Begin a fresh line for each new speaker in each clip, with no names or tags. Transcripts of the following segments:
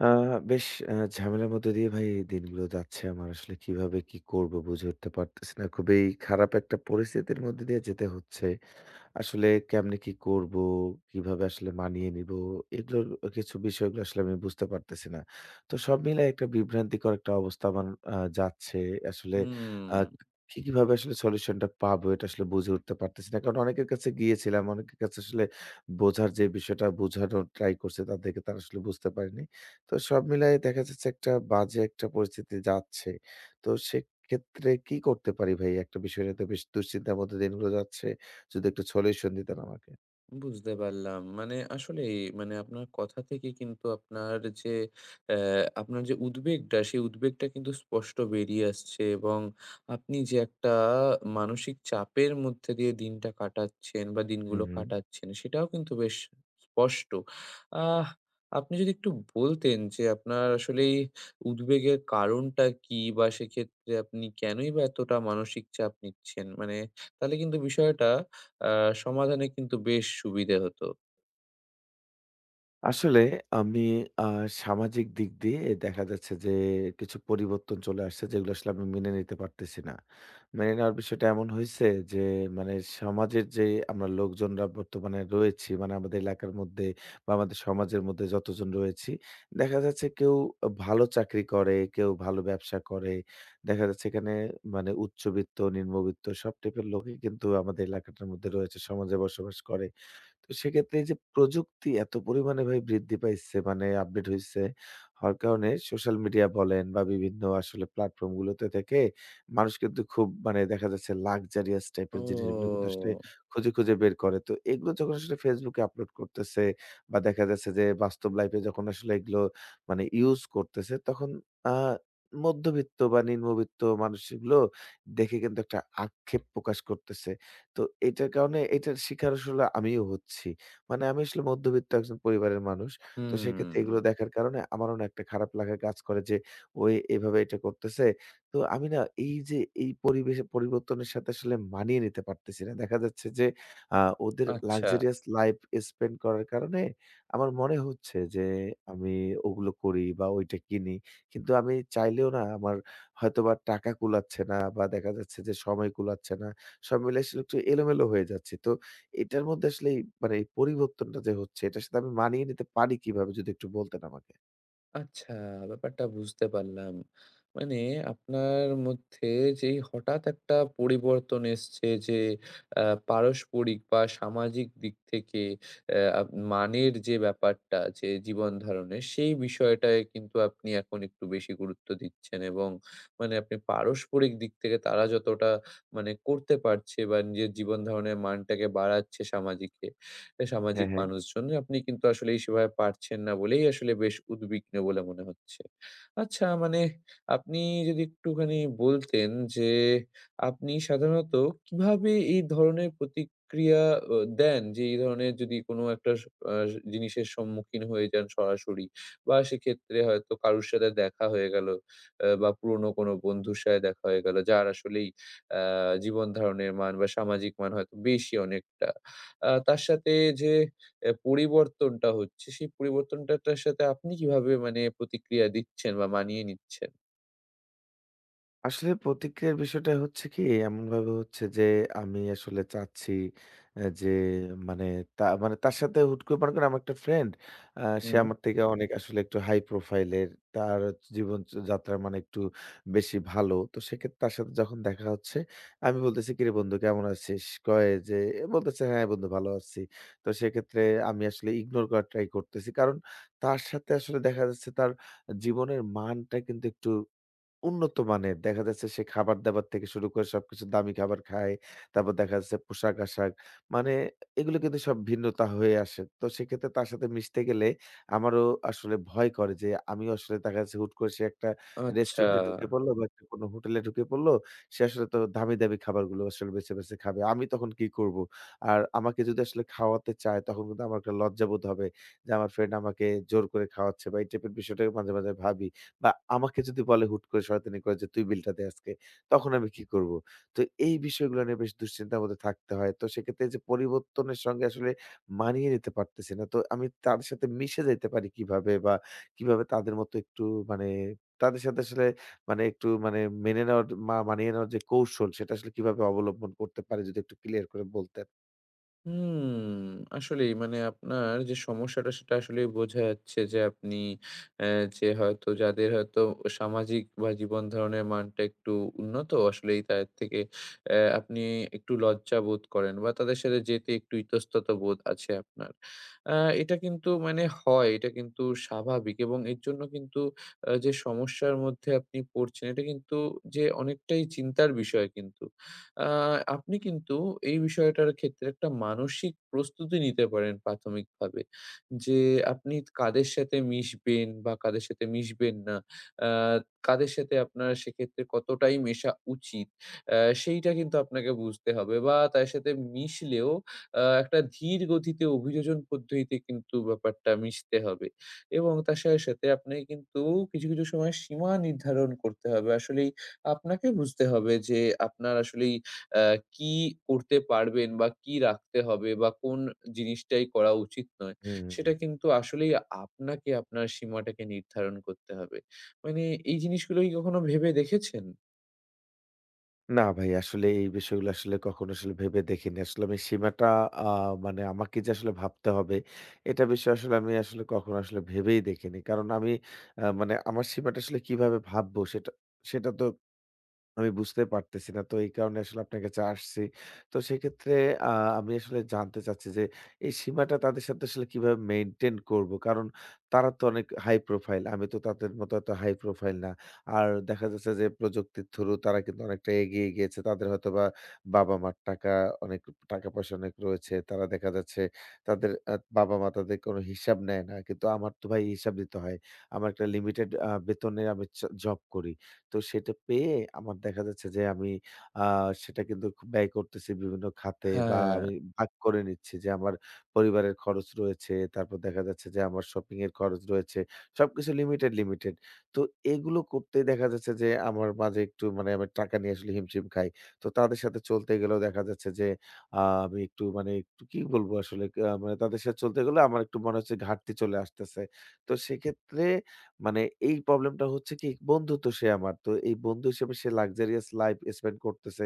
আ বেশ ঝামেলার মধ্য দিয়ে ভাই এই দিনগুলো যাচ্ছে আমার। আসলে কিভাবে কি করব বুঝে উঠতে পারতেছি না। খুবই খারাপ একটা পরিস্থিতির মধ্যে দিয়ে যেতে হচ্ছে। আসলে কেমনে কি করব? কিভাবে আসলে মানিয়ে নিবো? এগুলোর কিছু বিষয়গুলো আসলে আমি বুঝতে পারতেছি না। তো সব মিলায় একটা বিভ্রান্তিকর একটা অবস্থা আমার যাচ্ছে। আসলে আ
হুম,
কিভাবে আসলে সলিউশনটা পাবো? এটা আসলে বুঝে উঠতে পারতেছি না। কারণ অনেকের কাছে গিয়েছিলাম। অনেকের কাছে আসলে বোঝার যে বিষয়টা বোঝানোর ট্রাই করছে তাদেরকে তারা আসলে বুঝতে পারেনি। তো সব মিলায় দেখা যাচ্ছে একটা বাজে একটা পরিস্থিতি যাচ্ছে। তো সেক্ষেত্রে কি করতে পারি ভাই? একটা বিষয় নিয়ে তো বেশ দুশ্চিন্তার মধ্যে দিনগুলো যাচ্ছে। যদি একটু সলিউশন দিতেন আমাকে।
বুঝতে পারলাম। মানে আসলেই মানে আপনার কথা থেকে কিন্তু আপনার যে অ্যা উদ্বেগটা, সেই উদ্বেগটা কিন্তু স্পষ্ট বেরিয়ে আসছে, এবং আপনি যে একটা মানসিক চাপের মধ্যে দিয়ে দিনটা কাটাচ্ছেন বা
হুম,
দিনগুলো
হুম।
কাটাচ্ছেন, সেটাও কিন্তু বেশ স্পষ্ট। আহ আপনি যদি একটু বলতেন যে আপনার আসলেই উদ্বেগের কারণটা কি? বা সেক্ষেত্রে আপনি কেনই বা এতটা মানসিক চাপ নিচ্ছেন? মানে তাহলে কিন্তু বিষয়টা আ সমাধানে কিন্তু বেশ সুবিধে হতো।
আসলে আমি আ সামাজিক দিক দিয়ে দেখা যাচ্ছে যে কিছু পরিবর্তন চলে আসছে যেগুলো আসলে আমি মেনে নিতে পারতেছি না। মেনে নেওয়ার বিষয়টা এমন হইছে যে মানে সমাজের যে আমরা লোকজনরা বর্তমানে রয়েছি, মানে আমাদের এলাকার মধ্যে বা আমাদের সমাজের মধ্যে যতজন রয়েছি, দেখা যাচ্ছে কেউ ভালো চাকরি করে, কেউ ভালো ব্যবসা করে। দেখা যাচ্ছে এখানে মানে উচ্চবিত্ত, নিম্নবিত্ত সব টাইপের লোকই কিন্তু আমাদের এলাকাটার মধ্যে রয়েছে, সমাজে বসবাস করে। তো সেক্ষেত্রে এই যে প্রযুক্তি এত পরিমাণে ভাই বৃদ্ধি পাইছে মানে আপডেট হইছে হওয়ার কারণে সোশ্যাল মিডিয়া বলেন বা বিভিন্ন আসলে প্ল্যাটফর্ম গুলোতে থেকে মানুষ কিন্তু খুব মানে দেখা যাচ্ছে লাক্সারিয়াস টাইপের জিনিসগুলো কিন্তু আসলে
ও!
খুঁজে খুঁজে বের করে। তো এগুলো যখন আসলে ফেসবুকে আপলোড করতেছে বা দেখা যাচ্ছে যে বাস্তব লাইফে যখন আসলে এগুলো মানে ইউজ করতেছে তখন আ মধ্যবিত্ত বা নিম্নবিত্ত মানুষগুলো দেখে কিন্তু একটা আক্ষেপ প্রকাশ করতেছে। তো এটার কারণে এটার শিকার আসলে আমিও হচ্ছি। মানে আমি আসলে মধ্যবিত্ত একজন পরিবারের মানুষ। তো সেক্ষেত্রে
হুম,
এগুলো দেখার কারণে আমারও না একটা খারাপ লাগা কাজ করে যে, ওই এভাবে এটা করতেছে। তো আমি না এই যে এই পরিবেশে পরিবর্তনের সাথে আসলে মানিয়ে নিতে পারতেছি না। দেখা যাচ্ছে যে আ ওদের
আচ্ছা।
luxurious life spend করার কারণে আমার মনে হচ্ছে যে আমি ওগুলো করি বা ওইটা কিনি। কিন্তু আমি চাইলেও না আমার হয়তোবা টাকা কুলাচ্ছে না বা দেখা যাচ্ছে যে সময় কুলাচ্ছে না। সব মিলে আসলে একটু এলোমেলো হয়ে যাচ্ছি। তো এটার মধ্যে আসলে এই মানে এই পরিবর্তনটা যে হচ্ছে, এটার সাথে আমি মানিয়ে নিতে পারি কিভাবে, যদি একটু বলতেন আমাকে?
আচ্ছা, ব্যাপারটা বুঝতে পারলাম। মানে আপনার মধ্যে যেই হঠাৎ একটা পরিবর্তন এসছে, যে আ পারস্পরিক বা সামাজিক দিক থেকে অ্যা আপ মানের যে ব্যাপারটা, যে জীবন ধারণের সেই বিষয়টায় কিন্তু আপনি এখন একটু বেশি গুরুত্ব দিচ্ছেন, এবং মানে আপনি পারস্পরিক দিক থেকে তারা যতটা মানে করতে পারছে বা নিজের জীবন ধারণের মানটাকে বাড়াচ্ছে
হ্যাঁ,
সামাজিক
হ্যাঁ।
মানুষজন। আপনি কিন্তু আসলে সেভাবে পারছেন না বলেই আসলে বেশ উদ্বিগ্ন বলে মনে হচ্ছে। আচ্ছা, মানে আপনি যদি একটুখানি বলতেন যে আপনি সাধারণত কিভাবে এই ধরনের প্রতিক্রিয়া অ দেন? যে এই ধরনের যদি কোনো একটা স আ জিনিসের সম্মুখীন হয়ে যান সরাসরি, বা সেক্ষেত্রে হয়তো কারুর সাথে দেখা হয়ে গেল, বা পুরনো কোনো বন্ধুর সাথে দেখা হয়ে গেল যার আসলেই আ জীবন ধারণের মান বা সামাজিক মান হয়তো বেশি অনেকটা। তার সাথে যে পরিবর্তনটা হচ্ছে, সেই পরিবর্তনটাটার সাথে আপনি কিভাবে মানে প্রতিক্রিয়া দিচ্ছেন বা মানিয়ে নিচ্ছেন?
আসলে প্রতিক্রিয়ার বিষয়টা হচ্ছে কি, এমনভাবে হচ্ছে যে আমি আসলে চাচ্ছি যে মানে তা মানে তার সাথে হুট করে মনে করেন আমার একটা ফ্রেন্ড, সে
হুম।
আমার থেকে অনেক আসলে একটু হাই প্রোফাইল এর। তার জীবন যাত্রা মানে একটু বেশি ভালো। তো সেক্ষেত্রে তার সাথে যখন দেখা হচ্ছে, আমি বলতেছি, "কিরে বন্ধু, কেমন আছিস?" কয় যে, বলতেছে, "হ্যাঁ বন্ধু, ভালো আছি।" তো সেক্ষেত্রে আমি আসলে ইগনোর করার ট্রাই করতেছি। কারণ তার সাথে আসলে দেখা যাচ্ছে তার জীবনের মানটা কিন্তু একটু উন্নত মানের। দেখা যাচ্ছে সে খাবার-দাবার থেকে শুরু করে সবকিছু দামি খাবার খায়। তারপর দেখা যাচ্ছে পোশাক-আশাক। মানে এগুলো কিন্তু সব ভিন্নতা হয়ে আসে। তো সেক্ষেত্রে তার সাথে মিশতে গেলে আমারও আসলে ভয় করে যে আমিও আসলে দেখা যাচ্ছে হুট করে সে একটা
আচ্ছা।
রেস্টুরেন্টে ঢুকে পড়লো বা একটা কোনো হোটেলে ঢুকে পড়লো। সে আসলে তো দামি, দামি খাবারগুলো আসলে বেছে, বেছে খাবে। আমি তখন কি করব? আর আমাকে যদি আসলে খাওয়াতে চায় তখন কিন্তু আমার একটা লজ্জাবোধ হবে যে আমার ফ্রেন্ড আমাকে জোর করে খাওয়াচ্ছে, বা এই টাইপের বিষয়টা মাঝে, মাঝে ভাবি। বা আমাকে যদি বলে হুট করে শয়তানি করে যে, "তুই বিলটা দে আজকে।" তখন আমি কি করব? তো এই বিষয়গুলো নিয়ে বেশ দুশ্চিন্তার মধ্যে থাকতে হয়। তো সেক্ষেত্রে এই যে পরিবর্তনের সঙ্গে আসলে মানিয়ে নিতে পারতেছি না। তো আমি তাদের সাথে মিশে যাইতে পারি কিভাবে? বা কিভাবে তাদের মতো একটু মানে তাদের সাথে আসলে মানে একটু মানে মেনে নেওয়ার মা মানিয়ে নেওয়ার যে কৌশল, সেটা আসলে কিভাবে অবলম্বন করতে পারি? যদি একটু ক্লিয়ার করে বলতেন।
হুম, আসলেই মানে আপনার যে সমস্যাটা সেটা আসলেই বোঝা যাচ্ছে যে আপনি অ্যা যে হয়তো, যাদের হয়তো সামাজিক বা জীবন ধারণের মানটা একটু উন্নত, আসলেই তাদের থেকে আপনি একটু লজ্জা বোধ করেন বা তাদের সাথে যেতে একটু ইতস্তত বোধ আছে আপনার। আ এটা কিন্তু মানে হয়, এটা কিন্তু স্বাভাবিক, এবং এর জন্য কিন্তু যে সমস্যার মধ্যে আপনি পড়ছেন, এটা কিন্তু যে অনেকটাই চিন্তার বিষয় কিন্তু। আ আপনি কিন্তু এই বিষয়টার ক্ষেত্রে একটা মানসিক প্রস্তুতি নিতে পারেন প্রাথমিকভাবে। যে আপনি কাদের সাথে মিশবেন বা কাদের সাথে মিশবেন না। আ কাদের সাথে আপনার সেক্ষেত্রে কতটাই মেশা উচিত, সেইটা কিন্তু আপনাকে বুঝতে হবে, বা তার সাথে মিশলেও একটা ধীর গতিতে অভিযোজন পদ্ধতিতে কিন্তু ব্যাপারটা মিশতে হবে, এবং তার সাথে, সাথে আপনাকে কিন্তু কিছু, কিছু সময় সীমা নির্ধারণ করতে হবে। আসলেই আপনাকে বুঝতে হবে যে আপনার আসলেই অ্যা কি করতে পারবেন বা কি রাখতে হবে বা কোন জিনিসটাই করা উচিত নয়,
হুম।
সেটা কিন্তু আসলেই আপনাকে আপনার সীমাটাকে নির্ধারণ করতে হবে। মানে এই জিনিসগুলো কি কখনো ভেবে দেখেছেন?
না ভাই, আসলে এই বিষয়গুলো আসলে কখনো আসলে ভেবে দেখিনি। আসলে আমি সীমাটা আ মানে আমাকে যে আসলে ভাবতে হবে, এটা বিষয় আসলে আমি আসলে কখনো আসলে ভেবেই দেখিনি। কারণ আমি মানে আমার সীমাটা আসলে কিভাবে ভাববো, সেটা সেটা তো আমি বুঝতে পারতেছি না। তো এই কারণে আসলে আপনার কাছে আসছি। তো সেক্ষেত্রে আ আমি আসলে জানতে চাচ্ছি যে, এই সীমাটা তাদের সাথে আসলে কিভাবে মেইনটেইন করব? কারণ তারা তো অনেক হাই প্রোফাইল। আমি তো তাদের মতো এত হাই প্রোফাইল না। আর দেখা যাচ্ছে যে প্রযুক্তির থ্রু তারা কিন্তু অনেকটা এগিয়ে গিয়েছে। তাদের হয়তোবা বাবা-মার টাকা, অনেক টাকা-পয়সা অনেক রয়েছে। তারা দেখা যাচ্ছে তাদের বাবা-মা তাদের কোনো হিসাব নেয় না। কিন্তু আমার তো ভাই হিসাব দিতে হয়। আমার একটা লিমিটেড বেতনে আমি জব করি। তো সেটা পেয়ে আমার দেখা যাচ্ছে যে আমি সেটা কিন্তু খুব ব্যয় করতেছি বিভিন্ন খাতে, বা
হ্যাঁ,
আমি ভাগ করে নিচ্ছি যে আমার পরিবারের খরচ রয়েছে, তারপর দেখা যাচ্ছে যে আমার শপিং এর খরচ রয়েছে, সবকিছু লিমিটেড লিমিটেড। তো এগুলো করতে দেখা যাচ্ছে যে আমার মাঝে একটু মানে আমি টাকা নিয়ে আসলে হিমশিম খাই। তো তাদের সাথে চলতে গেলেও দেখা যাচ্ছে যে আমি একটু মানে একটু কি বলবো আসলে, মানে তাদের সাথে চলতে গেলে আমার একটু মনে হচ্ছে ঘাটতি চলে আসতেছে। তো সেক্ষেত্রে মানে এই প্রবলেমটা হচ্ছে কি, বন্ধু তো সে আমার। তো এই বন্ধু হিসেবে সে luxurious life spend করতেছে।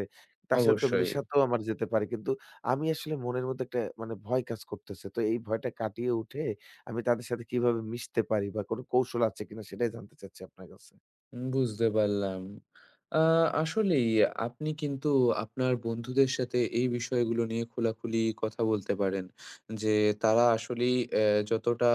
তার সাথে তো
অবশ্যই।
মেশাতেও আমার যেতে পারি। কিন্তু আমি আসলে মনের মধ্যে একটা মানে ভয় কাজ করতেছে। তো এই ভয়টা কাটিয়ে উঠে আমি তাদের সাথে কিভাবে মিশতে পারি বা কোনো কৌশল আছে কিনা, সেটাই জানতে চাচ্ছি আপনার কাছে।
বুঝতে পারলাম। আ আসলেই আপনি কিন্তু আপনার বন্ধুদের সাথে এই বিষয়গুলো নিয়ে খোলাখুলি কথা বলতে পারেন। যে তারা আসলেই যতটা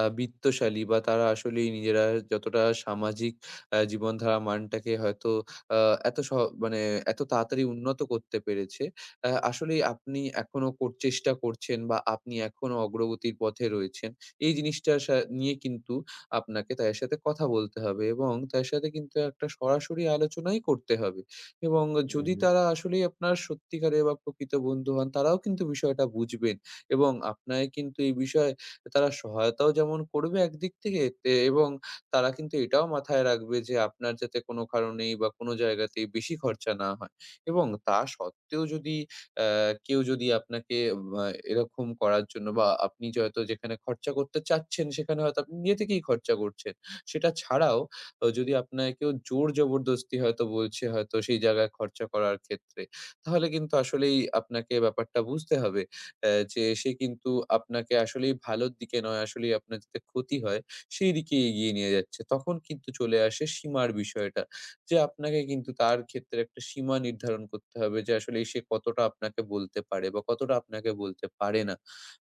বিত্তশালী, বা তারা আসলেই নিজেরা যতটা সামাজিক জীবনধারা মানটাকে হয়তো আ এত মানে এত তাড়াতাড়ি উন্নত করতে পেরেছে। আসলেই আপনি এখনো চেষ্টা করছেন, বা আপনি এখনো অগ্রগতির পথে রয়েছেন। এই জিনিসটা নিয়ে কিন্তু আপনাকে তাদের সাথে কথা বলতে হবে, এবং তাদের সাথে কিন্তু একটা সরাসরি আলোচনাই করতে হবে, এবং
হুম,
যদি
হুম।
তারা আসলেই আপনার সত্যিকারের বা প্রকৃত বন্ধু হন, তারাও কিন্তু বিষয়টা বুঝবেন, এবং আপনাকে কিন্তু এই বিষয়ে তারা সহায়তাও যেমন করবে একদিক থেকে এবং তারা কিন্তু এটাও মাথায় রাখবে যে আপনার যাতে কোনো কারণেই বা কোনো জায়গাতেই বেশি খরচা না হয়। এবং তা সত্ত্বেও যদি আ কেউ যদি আপনাকে আ এরকম করার জন্য, বা আপনি যে হয়তো যেখানে খরচা করতে চাচ্ছেন, সেখানে হয়তো আপনি নিজে থেকেই খরচা করছেন। সেটা ছাড়াও যদি আপনাকে কেউ জোর জবরদস্তি হয়তো বলছে হয়তো সেই জায়গায় খরচা করার ক্ষেত্রে, তাহলে কিন্তু আসলেই আপনাকে ব্যাপারটা বুঝতে হবে যে সে কিন্তু আপনাকে আসলেই ভালোর দিকে নয়, আসলেই আপনার যাতে ক্ষতি হয়, সেই দিকে এগিয়ে নিয়ে যাচ্ছে। তখন কিন্তু চলে আসে সীমার বিষয়টা। যে আপনাকে কিন্তু তার ক্ষেত্রে একটা সীমা নির্ধারণ করতে হবে যে আসলে সে কতটা আপনাকে বলতে পারে বা কতটা আপনাকে বলতে পারে না,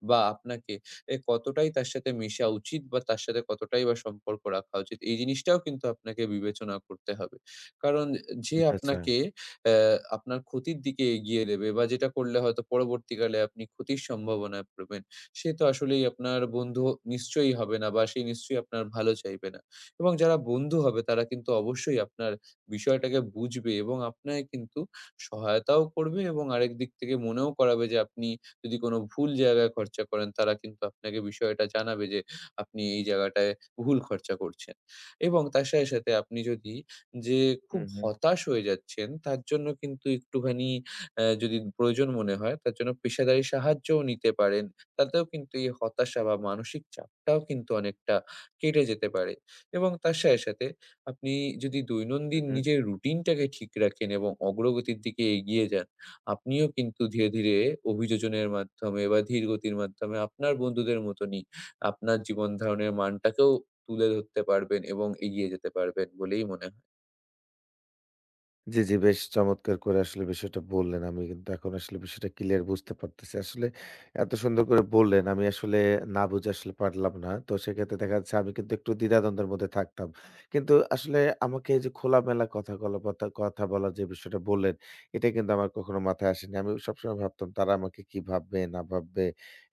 বা আপনাকে কতটাই তার সাথে মেশা উচিত বা তার সাথে কতটাই বা সম্পর্ক রাখা উচিত, এই জিনিসটাও কিন্তু আপনাকে বিবেচনা করতে হবে। কারণ যে
আচ্ছা, আচ্ছা।
আপনাকে আপনার ক্ষতির দিকে এগিয়ে দেবে বা যেটা করলে হয়তো পরবর্তীকালে আপনি ক্ষতির সম্ভাবনায় পড়বেন, সে তো আসলেই আপনার বন্ধু নিশ্চয়ই হবে না, বা সে নিশ্চয়ই আপনার ভালো চাইবে না। এবং যারা বন্ধু হবে তারা কিন্তু অবশ্যই আপনার বিষয়টাকে বুঝবে, এবং আপনাকে কিন্তু সহায়তাও করবে, এবং আরেক দিক থেকে মনেও করাবে যে আপনি যদি কোনো ভুল জায়গায় খরচা করেন, তারা কিন্তু আপনাকে বিষয়টা জানাবে যে আপনি এই জায়গাটায় ভুল খরচা করছেন। এবং তার সাথে, সাথে আপনি যদি যে খুব
হুম, হুম,
হতাশ হয়ে যাচ্ছেন, তার জন্য কিন্তু একটুখানি যদি প্রয়োজন মনে হয়, তার জন্য পেশাদারি সাহায্যও নিতে পারেন। তাতেও কিন্তু এই হতাশা বা মানসিক চাপটাও কিন্তু অনেকটা কেটে যেতে পারে, এবং তার সাথে, সাথে আপনি যদি
হুম,
দৈনন্দিন
হুম।
নিজের রুটিনটাকে ঠিক রাখেন এবং অগ্রগতির দিকে এগিয়ে যান, আপনিও কিন্তু ধীরে, ধীরে অভিযোজনের মাধ্যমে বা ধীর গতির মাধ্যমে আপনার বন্ধুদের মতনই আপনার জীবন ধারণের মানটাকেও তুলে ধরতে পারবেন এবং এগিয়ে যেতে পারবেন বলেই মনে হয়।
জি, জি। বেশ চমৎকার করে আসলে বিষয়টা বললেন। আমি কিন্তু এখন আসলে বিষয়টা ক্লিয়ার বুঝতে পারতেছি। আসলে এত সুন্দর করে বললেন, আমি আসলে না বুঝে আসলে পারলাম না। তো সেক্ষেত্রে দেখা যাচ্ছে আমি কিন্তু একটু দ্বিধাদ্বন্দ্বের মধ্যে থাকতাম। কিন্তু আসলে আমাকে এই যে খোলামেলা কথা কলা কথা কথা বলার যে বিষয়টা বললেন, এটা কিন্তু আমার কখনো মাথায় আসেনি। আমি সবসময় ভাবতাম তারা আমাকে কি ভাববে না ভাববে?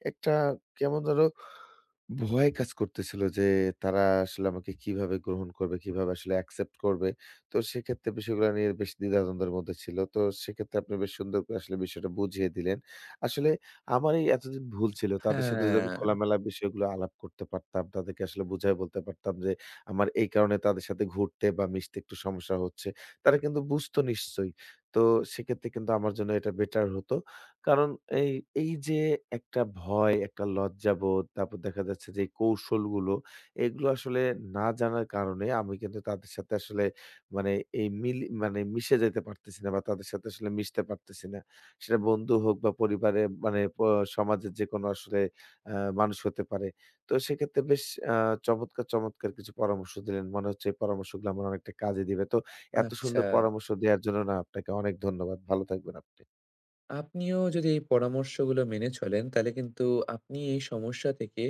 একটা কেমন যেন ভয় কাজ করতেছিল যে তারা আসলে আমাকে কিভাবে গ্রহণ করবে, কিভাবে আসলে অ্যাকসেপ্ট করবে। তো সেক্ষেত্রে বিষয়গুলো নিয়ে বেশ দ্বিধাদ্বন্দ্বের মধ্যে ছিল। তো সেক্ষেত্রে আপনি বেশ সুন্দর করে আসলে বিষয়টা বুঝিয়ে দিলেন। আসলে আমার এই এতদিন ভুল ছিল। তাদের সাথে যদি আমি
হ্যাঁ,
খোলামেলা বিষয়গুলো আলাপ করতে পারতাম, তাদেরকে আসলে বুঝায় বলতে পারতাম যে আমার এই কারণে তাদের সাথে ঘুরতে বা মিশতে একটু সমস্যা হচ্ছে। তারা কিন্তু বুঝতো নিশ্চয়ই। তো সেক্ষেত্রে কিন্তু আমার জন্য এটা বেটার হতো। কারণ এই, এই যে একটা ভয়, একটা লজ্জাবোধ, তারপর দেখা যাচ্ছে যে এই কৌশলগুলো, এগুলো আসলে না জানার কারণে আমি কিন্তু তাদের সাথে আসলে মানে এই মিল মানে মিশে যেতে পারতেছি না, বা তাদের সাথে আসলে মিশতে পারতেছি না। সেটা বন্ধু হোক বা পরিবারে, মানে সমাজের যেকোনো আসলে আ মানুষ হতে পারে। তো সেক্ষেত্রে বেশ আ চমৎকার, চমৎকার কিছু পরামর্শ দিলেন। মনে হচ্ছে এই পরামর্শগুলো আমার অনেকটা কাজে দিবে। তো এত
আচ্ছা।
সুন্দর পরামর্শ দেওয়ার জন্য না আপনাকে অনেক ধন্যবাদ। ভালো থাকবেন আপনি।
আপনিও যদি এই পরামর্শগুলো মেনে চলেন, তাহলে কিন্তু আপনি এই সমস্যা থেকে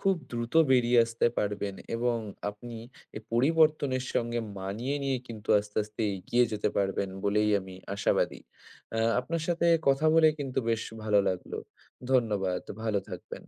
খুব দ্রুত বেরিয়ে আসতে পারবেন, এবং আপনি এই পরিবর্তনের সঙ্গে মানিয়ে নিয়ে কিন্তু আস্তে, আস্তে এগিয়ে যেতে পারবেন বলেই আমি আশাবাদী। আপনার সাথে কথা বলে কিন্তু বেশ ভালো লাগলো। ধন্যবাদ। ভালো থাকবেন।